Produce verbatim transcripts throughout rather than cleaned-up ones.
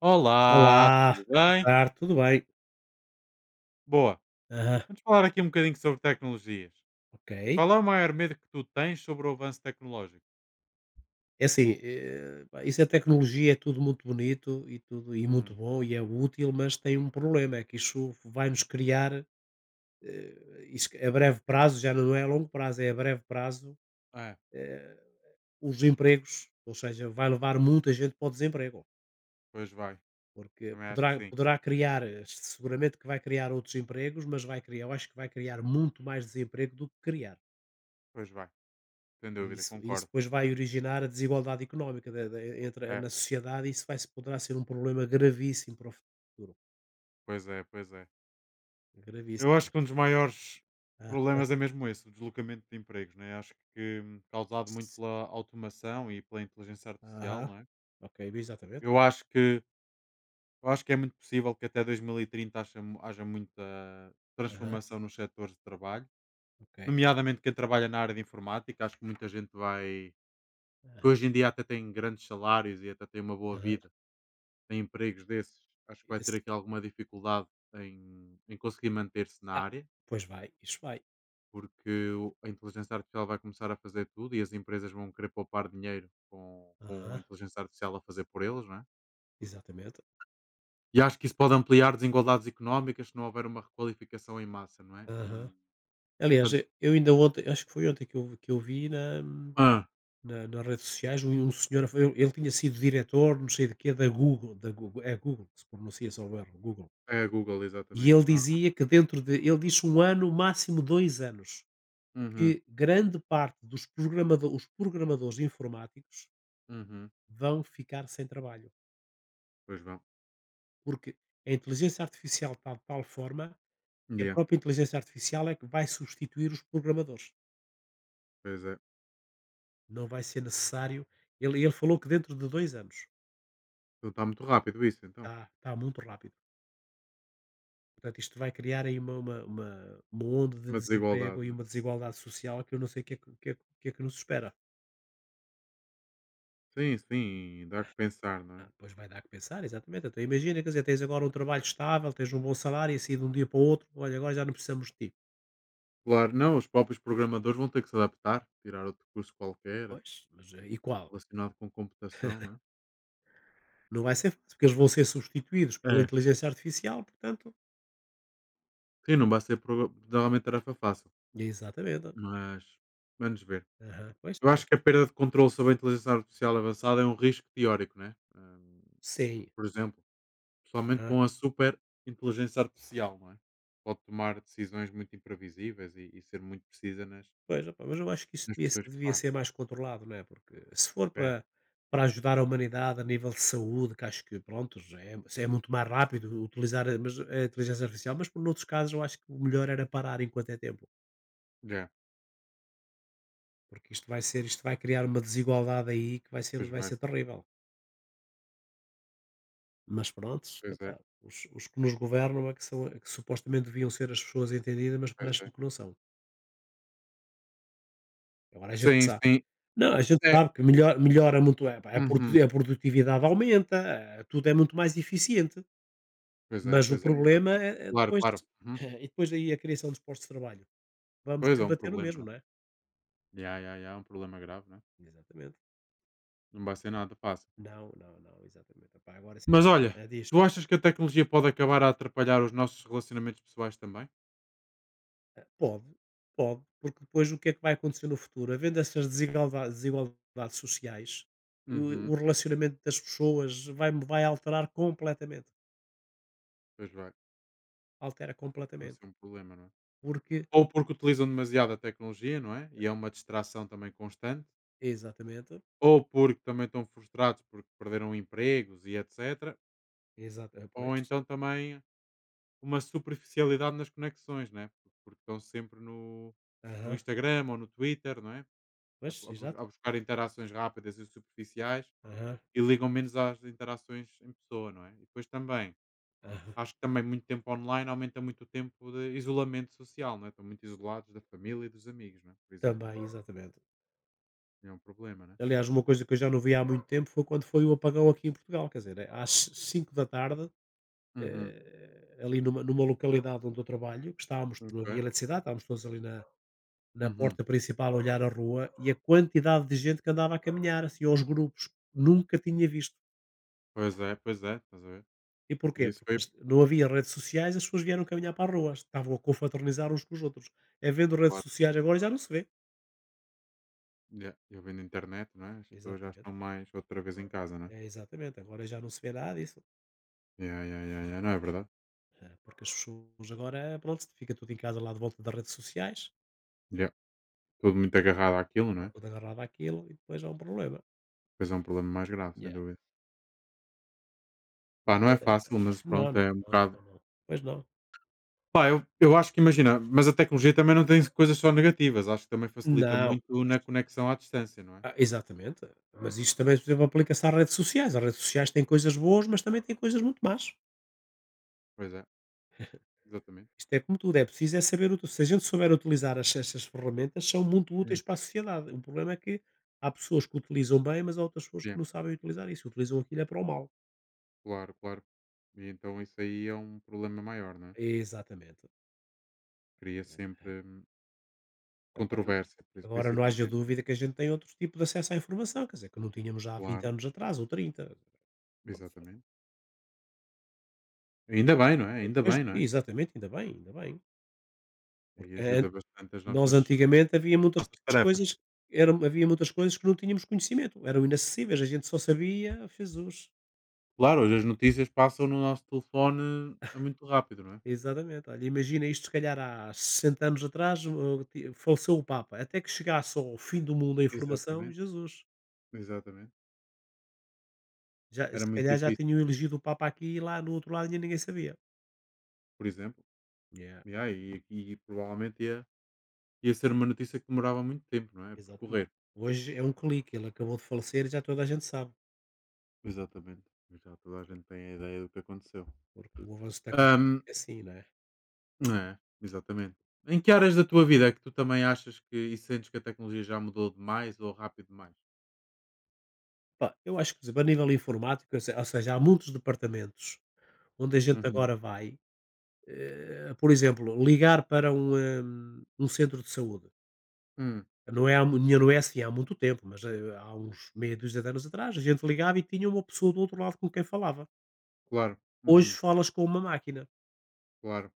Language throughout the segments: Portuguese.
Olá, Olá, tudo boa bem? tarde, tudo bem? Boa. Aham, Vamos falar aqui um bocadinho sobre tecnologias. ok. Qual é o maior medo que tu tens sobre o avanço tecnológico? É assim, eh, pá, isso é tecnologia, é tudo muito bonito e tudo e muito Hum, bom e é útil, mas tem um problema, é que isso vai nos criar, eh, isso a breve prazo, já não é a longo prazo, é a breve prazo, é, os empregos, ou seja, vai levar muita gente para o desemprego, pois vai. porque Também acho poderá, que sim. poderá criar, eh, seguramente que vai criar outros empregos, mas vai criar, eu acho que vai criar muito mais desemprego do que criar. Pois vai. Sem E dúvida, isso e isso concordo. depois vai originar a desigualdade económica da da entre eh, É, na sociedade e isso vai se poderá ser um problema gravíssimo para o futuro. pois é, pois é. Eu Gravíssimo. acho que um dos maiores Ah, problemas é mesmo esse, o deslocamento de empregos, né? Acho que hum, causado muito se pela automação e pela inteligência artificial, aham. não é? Ok, exatamente. Eu acho que eu acho que é muito possível que até dois mil e trinta haja, mu- haja muita Aham. transformação nos setores de trabalho. Ok. Nomeadamente quem trabalha na área de informática, acho que muita gente vai que Aham, hoje em dia até tem grandes salários e até tem uma boa aham. vida, tem empregos desses, acho que vai ter Esse aqui alguma dificuldade em, em conseguir manter-se na ah, área, pois vai, isso vai. porque o- a inteligência artificial vai começar a fazer tudo e as empresas vão querer poupar dinheiro com, com a Aham, inteligência artificial a fazer por eles, não é? exatamente. E acho que isso pode ampliar desigualdades económicas se não houver uma requalificação em massa, não é? Aham. Hum, Aliás, Portanto, e eu ainda ontem acho que foi ontem que eu que eu vi na ah, na nas redes sociais um um senhor a fa ele ele tinha sido diretor não sei de quê da Google da Google é Google que se pronuncia, salvo erro, Google. é a Google, E exatamente. ele Ah, dizia que dentro de ele diz um ano, máximo dois anos, uhum, que grande parte dos programado os programadores informáticos uhum, vão ficar sem trabalho, pois vão. porque a inteligência artificial está de tal forma que a Yeah. própria inteligência artificial é que vai substituir os programadores. Pois é. Não vai ser necessário ele ele falou que dentro de dois anos, Então está muito rápido isso, então. está está muito rápido. Portanto, isto vai criar aí uma uma uma uma onda de Uma desigualdade, desemprego e não uma é? desigualdade social que eu não sei o que é que o que é que o que é que nos espera. Sim, sim, dá que pensar, não Ah, é? pois vai dar que pensar, exatamente. Então imagina, quer dizer, tens agora um trabalho estável, tens um bom salário e assim de um dia para o outro, olha, agora já não precisamos de ti. Claro, não, os próprios programadores vão ter que se adaptar, tirar outro curso qualquer Pois, mas eh, e qual? relacionado com computação, não é? Não vai ser fácil, porque eles vão ser substituídos pela É. inteligência artificial, portanto. Sim, não vai ser proga- normalmente tarefa fácil, Exatamente. mas vamos ver. Aham, pois, Eu sabes. acho que a perda de controle sobre a inteligência artificial avançada é um risco teórico, né? Hum, Sim, Por exemplo, somente aham. com a super inteligência artificial, não é? Pode tomar decisões muito imprevisíveis e, e ser muito precisa nas, Pois, opa, mas eu acho que isso nas devia, ser- questões que devia faz. ser mais controlado, não é? Porque se for É. para, para ajudar a humanidade a nível de saúde, que acho que, pronto, já é, é muito mais rápido utilizar a, mas eh, a inteligência artificial, mas por outros casos eu acho que o melhor era parar enquanto é tempo. Já, Porque isto vai ser, isto vai criar uma desigualdade aí que vai ser, pois vai bem, ser terrível. Mas pronto, pois é, epá, os, os que nos governam é que são, é que supostamente deviam ser as pessoas entendidas, mas pois é. parece-me que não são. Agora a gente Sim, sabe. sim. Não, a gente É, sabe que melhor, melhora muito, é, pá, a uhum. produ- a produtividade aumenta, eh, tudo é muito mais eficiente. Pois é, Mas o pois é, problema exatamente. é, é Claro, depois, claro. Uhum. e depois aí a criação dos postos de trabalho. Vamos Pois é um sempre bater no problema, mesmo, não? não é? Ya, ya, ya, é um problema grave, não? É? Exatamente. Não vai ser nada fácil. Não, não, não, exatamente. Epá, agora sim, Mas olha, senhora. Ah, diz. tu achas que a tecnologia pode acabar a atrapalhar os nossos relacionamentos pessoais também? Eh, Pode, pode, porque depois o que é que vai acontecer no futuro? Havendo essas desigualda- desigualdades, sociais, e o, o Uhum. relacionamento das pessoas vai, vai alterar completamente. Pois vai, Altera vai completamente. ser um problema, não é? Porque, Ou porque utilizam demasiado a tecnologia, não é? E é uma distração também constante. exatamente, Ou porque também estão frustrados porque perderam empregos e etcétera. exato, eh, pois, Ou então também uma superficialidade nas conexões, né? Por- Porque estão sempre no, no aham, Instagram ou no Twitter, não é? A, pois, a bus- a exato, buscar interações rápidas e superficiais aham, e ligam menos às interações em pessoa, não é? E depois também, aham, acho que também muito tempo online aumenta muito o tempo de isolamento social, não é? Estão muito isolados da família e dos amigos, não é? Por exemplo, também, exatamente. é um problema, né? Aliás, uma coisa que eu já não vi há muito tempo foi quando foi o apagão aqui em Portugal, quer dizer, eh, às cinco da tarde, Uhum. eh, ali numa, numa localidade onde eu trabalho, que estávamos, não havia Ok. eletricidade, estávamos todos ali na, na Uhum. porta principal a olhar a rua e a quantidade de gente que andava a caminhar, assim, aos grupos. Nunca tinha visto. Pois é, pois é, estás a ver? E porquê? E isso Porque foi, este- não havia redes sociais, as pessoas vieram caminhar para as ruas, estavam a confraternizar uns com os outros. Havendo redes claro, sociais agora já não se vê. yeah, eu vendo internet, não é? As pessoas já Exatamente. estão mais outra vez em casa, não é? É, exatamente, agora já não se vê nada disso. Yeah, yeah, yeah, yeah. Não, é verdade. eh, Porque as pessoas agora, pronto, fica tudo em casa lá de volta das redes sociais, Yeah. Tudo muito agarrado àquilo, não é? tudo agarrado àquilo e depois há um problema. Depois é um problema mais grave, Yeah. sem dúvida. Mas, Pá, não é eh, fácil, mas não, pronto, não, é um não, bocado. não, não. Pois não. Pá, eu, eu acho que imagina, mas a tecnologia também não tem coisas só negativas, acho que também facilita Não. muito na conexão à distância, não é? Ah, exatamente. Mas isto também, por exemplo, aplica-se às redes sociais. As redes sociais têm coisas boas, mas também têm coisas muito más. Pois é, exatamente. Isto é como tudo, é preciso é saber. Ut- Se a gente souber utilizar as- essas ferramentas, são muito Hum. úteis para a sociedade. O problema é que há pessoas que utilizam bem, mas há outras pessoas que Yeah, não sabem utilizar isso. Utilizam aquilo é para o mal. claro, claro. E então isso aí é um problema maior, não é? Exatamente. Cria Né. sempre hum, Agora, controvérsia, pri- agora não haja principalmente. Não é? dúvida que a gente tem outro tipo de acesso à informação, quer dizer, que não tínhamos já há vinte Claro, anos atrás ou trinta. Pronto, exatamente. Ainda bem, não é? Ainda depois, bem, não é? exatamente, ainda bem, ainda bem. E Porque ajuda an- bastante as nós nossas, antigamente havia muitas nossas tarefas. coisas eram havia muitas coisas que não tínhamos conhecimento, eram inacessíveis, a gente só sabia "Oh, Jesus." Claro, hoje as notícias passam no nosso telefone é muito rápido, não é? Exatamente, olha, imagina isto se calhar há sessenta anos atrás, o ti faleceu o Papa, até que chegasse ao fim do mundo a informação, Exatamente, Jesus. exatamente. Já se Era muito calhar já difícil, tinham elegido o Papa aqui e lá no outro lado e ninguém sabia. por exemplo, Yeah, yeah, e, e provavelmente ia, ia ser uma notícia que demorava muito tempo, não é? A exatamente. percorrer. Hoje é um clique, ele acabou de falecer e já toda a gente sabe, Exatamente. Mas já toda a gente tem a ideia do que aconteceu. porque o avanço da Ahm, é assim, não é? não é, exatamente. Em que áreas da tua vida é que tu também achas que e sentes que a tecnologia já mudou demais ou rápido demais? Pá, eu acho que, por exemplo, a nível informático, ou se ou seja, há muitos departamentos onde a gente Uhum. agora vai, eh, por exemplo, ligar para um, hum, um centro de saúde. Hum, Não é, há mu- não é assim há muito tempo, mas eh, há uns meia dúzia de anos atrás, a gente ligava e tinha uma pessoa do outro lado com quem falava. claro, Hoje uhum, falas com uma máquina. claro,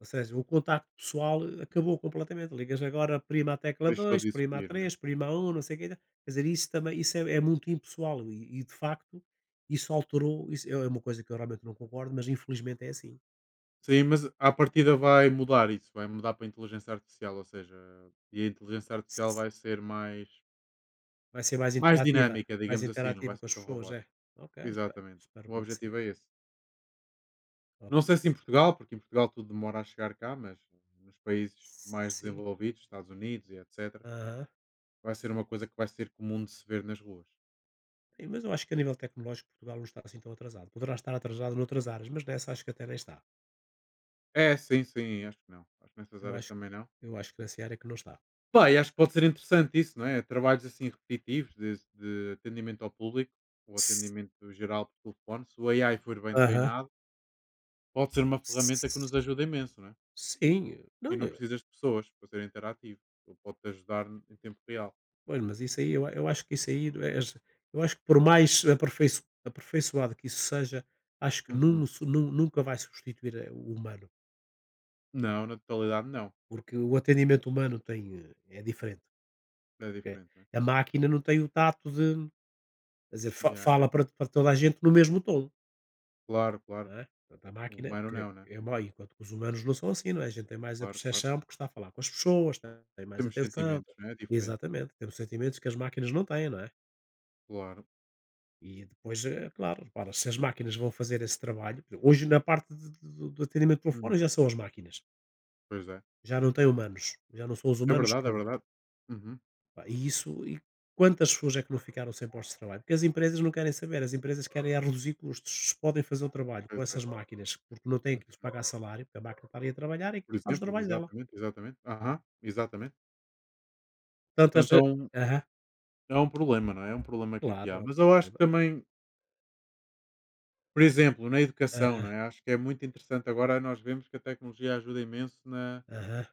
Ou seja, o contacto pessoal eh, acabou completamente. Ligas agora prima à tecla deixou dois, de prima a existir, né? três, prima a um, não sei o que. Quer dizer, isso também isso é, é muito impessoal e, e, de facto isso alterou. Isso é é uma coisa que eu realmente não concordo, mas infelizmente é assim. Sim, mas à partida vai mudar isso, vai mudar para a inteligência artificial, ou seja, e a inteligência artificial vai ser mais, Vai ser mais mais interativa, dinâmica, mais digamos assim, não interativa vai com ser as tão pessoas, é? robótica. Ok, espero Exatamente. espero O bem que sim. objetivo é esse. Ok, Não sei espe se em Portugal, porque em Portugal tudo demora a chegar cá, mas nos países mais sim. desenvolvidos, Estados Unidos e etcétera, Aham. vai ser uma coisa que vai ser comum de se ver nas ruas. Sim, mas eu acho que a nível tecnológico Portugal não está assim tão atrasado. Poderá estar atrasado noutras áreas, mas nessa acho que até nem está. É, sim, sim, acho que não. Acho que nessas Eu áreas acho também não. eu acho que nessa área que não está. Pá, e acho que pode ser interessante isso, não é? Trabalhos assim repetitivos de, de atendimento ao público ou S atendimento geral por telefone, se o A I for bem aham. treinado, pode ser uma ferramenta que S nos ajuda imenso, não é? sim, E não, não eu precisas de pessoas para ser interativo. Ou pode-te ajudar em tempo real. olha, mas isso aí eu eu acho que isso aí é eu acho que por mais aperfeiço aperfeiçoado que isso seja, acho que nun Uhum. su nun nunca vai substituir, eh, o humano. Não, na totalidade não. Porque o atendimento humano tem, eh, é diferente, É porque diferente, não é? a máquina não tem o tato de quer dizer, fa Ya, ya, fala para para toda a gente no mesmo tom, claro, claro. não é? Portanto, a O máquina humano porque não, né? é mau enquanto que os humanos não são assim, não é? A gente tem mais a Claro, claro. percepção, porque está a falar com as pessoas, tem tem mais Temos atenção sentimentos, não é? É diferente. exatamente, temos sentimentos que as máquinas não têm, não é? Claro. E depois, eh, claro, repara, se as máquinas vão fazer esse trabalho hoje na parte de de do do atendimento por fora Hum, já são as máquinas, Pois é. já não tem humanos, já não são os É humanos verdade, que é verdade. Uhum. Pá, e isso e quantas pessoas é que não ficaram sem postos de trabalho? Porque as empresas não querem saber, as empresas querem é reduzir custos. Se podem fazer o trabalho com Pois é. essas máquinas, porque não têm que lhes Uhum. pagar salário, porque a máquina está ali a trabalhar e Por faz o exemplo, trabalho dela. exatamente, exatamente. Aham, exatamente. Tantas. Portanto, é um Aham, é um problema, não é? É um problema que aqui claro, há. é um Mas eu acho que problema. também, por exemplo, na educação, não é? Acho que é muito interessante agora nós vemos que a tecnologia ajuda imenso na, Aham.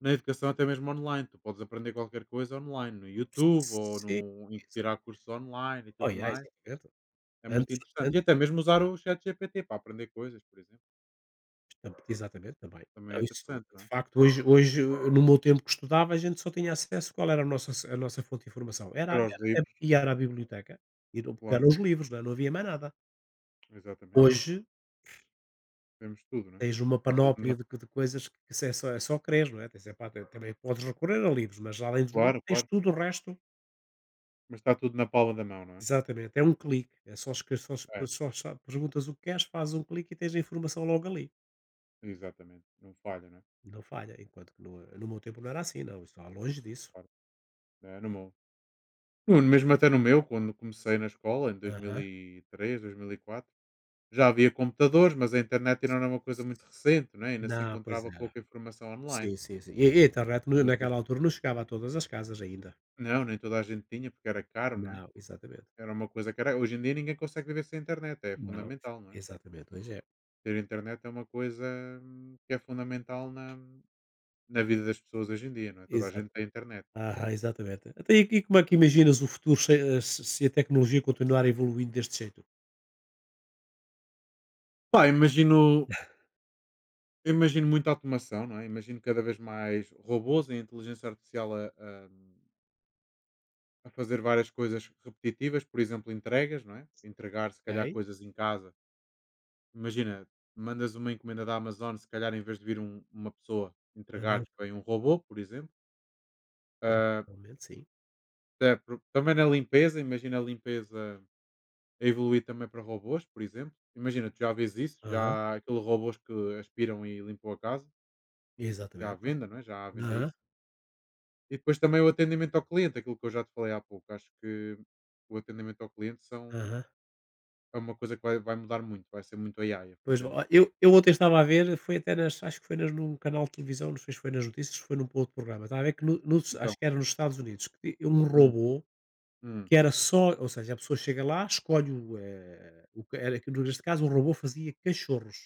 na educação, até mesmo online. Tu podes aprender qualquer coisa online, no YouTube ou Sim, no, em exa- tirar cursos online e Oh, tudo yeah, mais. exatamente. É muito Antes, interessante. E até mesmo usar o chat G P T para aprender coisas, por exemplo. tam exatamente, também. Também Não, é isso interessante, de não é? facto, hoje hoje, no meu tempo que estudava, a gente só tinha acesso qual era a nossa a nossa fonte de informação? Era Era os era livros, e era a biblioteca, ir ao buscar claro. os livros, não é, não havia mais nada. Exatamente. Hoje, Temos tudo, não é? tens uma Está tudo na. panóplia de co de coisas que que se é só é só creres, não é, tens, epá, te- também podes recorrer a livros, mas além dos livros Claro, tens claro. tudo o resto Mas está tudo na palma da mão, não é? exatamente, é um clique, é só escre só es É, só só perguntas o que queres, fazes um clique e tens a informação logo ali, exatamente. Não falha, né? não falha, enquanto que no no meu tempo não era assim não, isso está longe disso. Claro. É, no meu. No, mesmo até no meu, quando comecei na escola, em dois dois mil Aham. mil e três dois mil e quatro já havia computadores, mas a internet ainda era uma coisa muito recente, né? Ainda se Não, pois encontrava era. pouca informação online. Sim, sim, sim. E e a internet na Mas naquela hoje- altura não chegava a todas as casas ainda. não, nem toda a gente tinha, porque era caro, não é? Não, exatamente. Era uma coisa que era. Hoje em dia ninguém consegue viver sem internet, é Não, fundamental, não é? exatamente, hoje é. Ter internet é uma coisa hum, que é fundamental na, na vida das pessoas hoje em dia, não é? Toda a Exato. gente tem internet. Ah, exatamente. Até e e como é que imaginas o futuro se eh, se se a tecnologia continuar evoluindo deste jeito? Pá, imagino Eu imagino muita automação, não é? Imagino cada vez mais robôs e inteligência artificial a, a- a fazer várias coisas repetitivas, por exemplo, entregas, não é? Entregar, se calhar, Ok. coisas em casa. Imagina, mandas uma encomenda da Amazon, se calhar, em vez de vir um- uma pessoa Aham, entregar, vem um robô, por exemplo. Ah, provavelmente sim. até por- também na limpeza, imagina a limpeza a evoluir também para robôs, por exemplo. Imagina, tu já vês isso, já Aham, há aqueles robôs que aspiram e limpam a casa, já à exatamente. venda, não é? Já há à venda Aham, isso. E depois também o atendimento ao cliente, aquilo que eu já te falei há pouco. Acho que o atendimento ao cliente são, aham. é uma coisa que vai, vai mudar muito, vai ser muito A I a Pois, fazer no ó, eu futuro. eu ontem estava a ver, foi até nas acho que foi nas num canal de televisão, não sei se foi nas notícias, foi num outro programa, estava a ver que no nos Então, acho que era nos Estados Unidos, que ti um hum, robô hum, que era só ou seja, a pessoa chega lá, escolhe o, eh, o que era aquilo neste caso o robô fazia cachorros.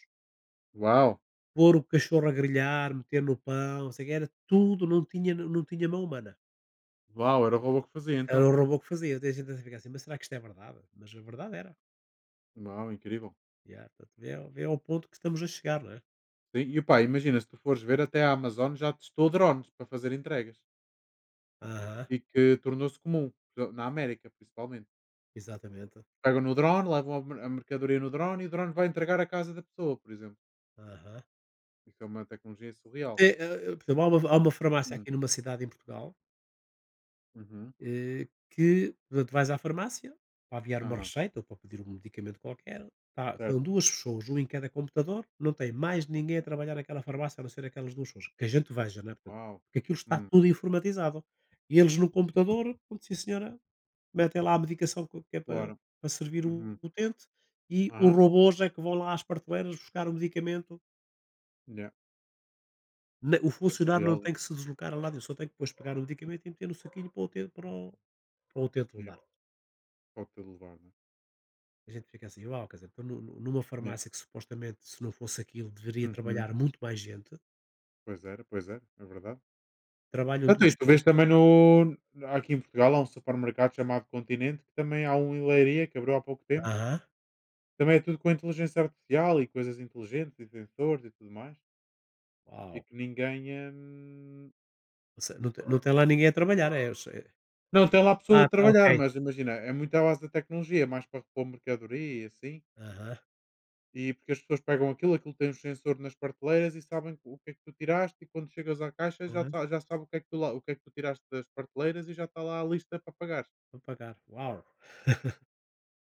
uau, Pôr o cachorro a grelhar, meter no pão, não sei o quê, era tudo, não tinha não tinha mão humana. uau, era o robô que fazia Era então. o robô que fazia. Daí a gente fica assim: "Mas será que isto é verdade?" Mas a verdade era. Uau, incrível. Yeah, portanto, vê ao vê ao ponto que estamos a chegar, não é? Sim, e pá, imagina, se tu fores ver, até a Amazon já testou drones para fazer entregas Aham, e que tornou-se comum, na América principalmente. exatamente. Pegam no drone, levam a mer- a mercadoria no drone e o drone vai entregar à casa da pessoa, por exemplo. Aham. Isso é uma tecnologia surreal. É, hã, por exemplo, há uma há uma farmácia Hum, aqui numa cidade em Portugal. uhum, Eh, que portanto, vais à farmácia para aviar uma aham, receita ou para pedir um medicamento qualquer. Tá, estão certo. duas pessoas, um em cada computador, não tem mais ninguém a Ok. trabalhar naquela farmácia a não ser aquelas duas pessoas. Que a gente veja, né? Portanto, Uau! porque aquilo está Hum, tudo informatizado. E eles no computador, pronto, sim senhora, metem lá a medicação que que é para, claro. para servir o Uhum. utente e os Aham. robôs é que vão lá às prateleiras buscar o medicamento. Yeah. Ne- O É funcionário não surreal tem isso. que se deslocar a lado, só tem que depois pegar o medicamento e meter no saquinho para o utente, para o, para o utente Yeah. levar. Pode-te levar, não é? A gente fica assim, uau, quer dizer, então nu- nu- numa Yeah. farmácia que supostamente, se não fosse aquilo, deveria Uhum. trabalhar muito mais gente, Pois era, pois era. É verdade. trabalham Então, duas tu vês pessoas. também no aqui em Portugal há um supermercado chamado Continente, que também há um em Leiria, que abriu há pouco tempo. Aham. Também é tudo com inteligência artificial e coisas inteligentes e sensores e tudo mais. E Uau. que ninguém. Hum, Ou seja, não, te- não tem lá ninguém a trabalhar, é? Eu sei. não, tem lá pessoas a Ah, tá, ok. trabalhar, mas imagina, é muito à base da tecnologia, é mais para repor mercadoria e assim. Aham. E porque as pessoas pegam aquilo, aquilo tem um sensor nas prateleiras e sabem o que é que tu tiraste e quando chegas à caixa já, Aham. sa- já sabe o que, é que tu lá, o que é que tu tiraste das prateleiras e já está lá a lista para pagar. Para pagar. Uau.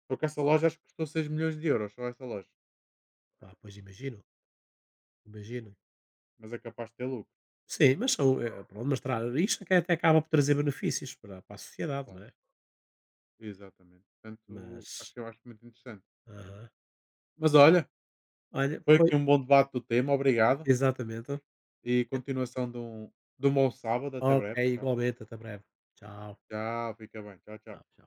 Porque essa loja acho que custou seis milhões de euros, só essa loja. Ah, pois imagino, imagino. Mas é capaz de ter lucro, Sim, mas são, eh, pronto, mas tra... isto é que até acaba por trazer benefícios para, para a sociedade, não claro. é? Exatamente. Portanto, acho Mas, que eu acho muito interessante. aham. Mas olha, Olha, foi aqui foi um bom debate do tema, obrigado. exatamente. E continuação de um, de um, bom sábado, até Ok, breve. Então. igualmente, até breve. Tchau. Tchau, fica bem. Tchau, Tchau, tchau. tchau.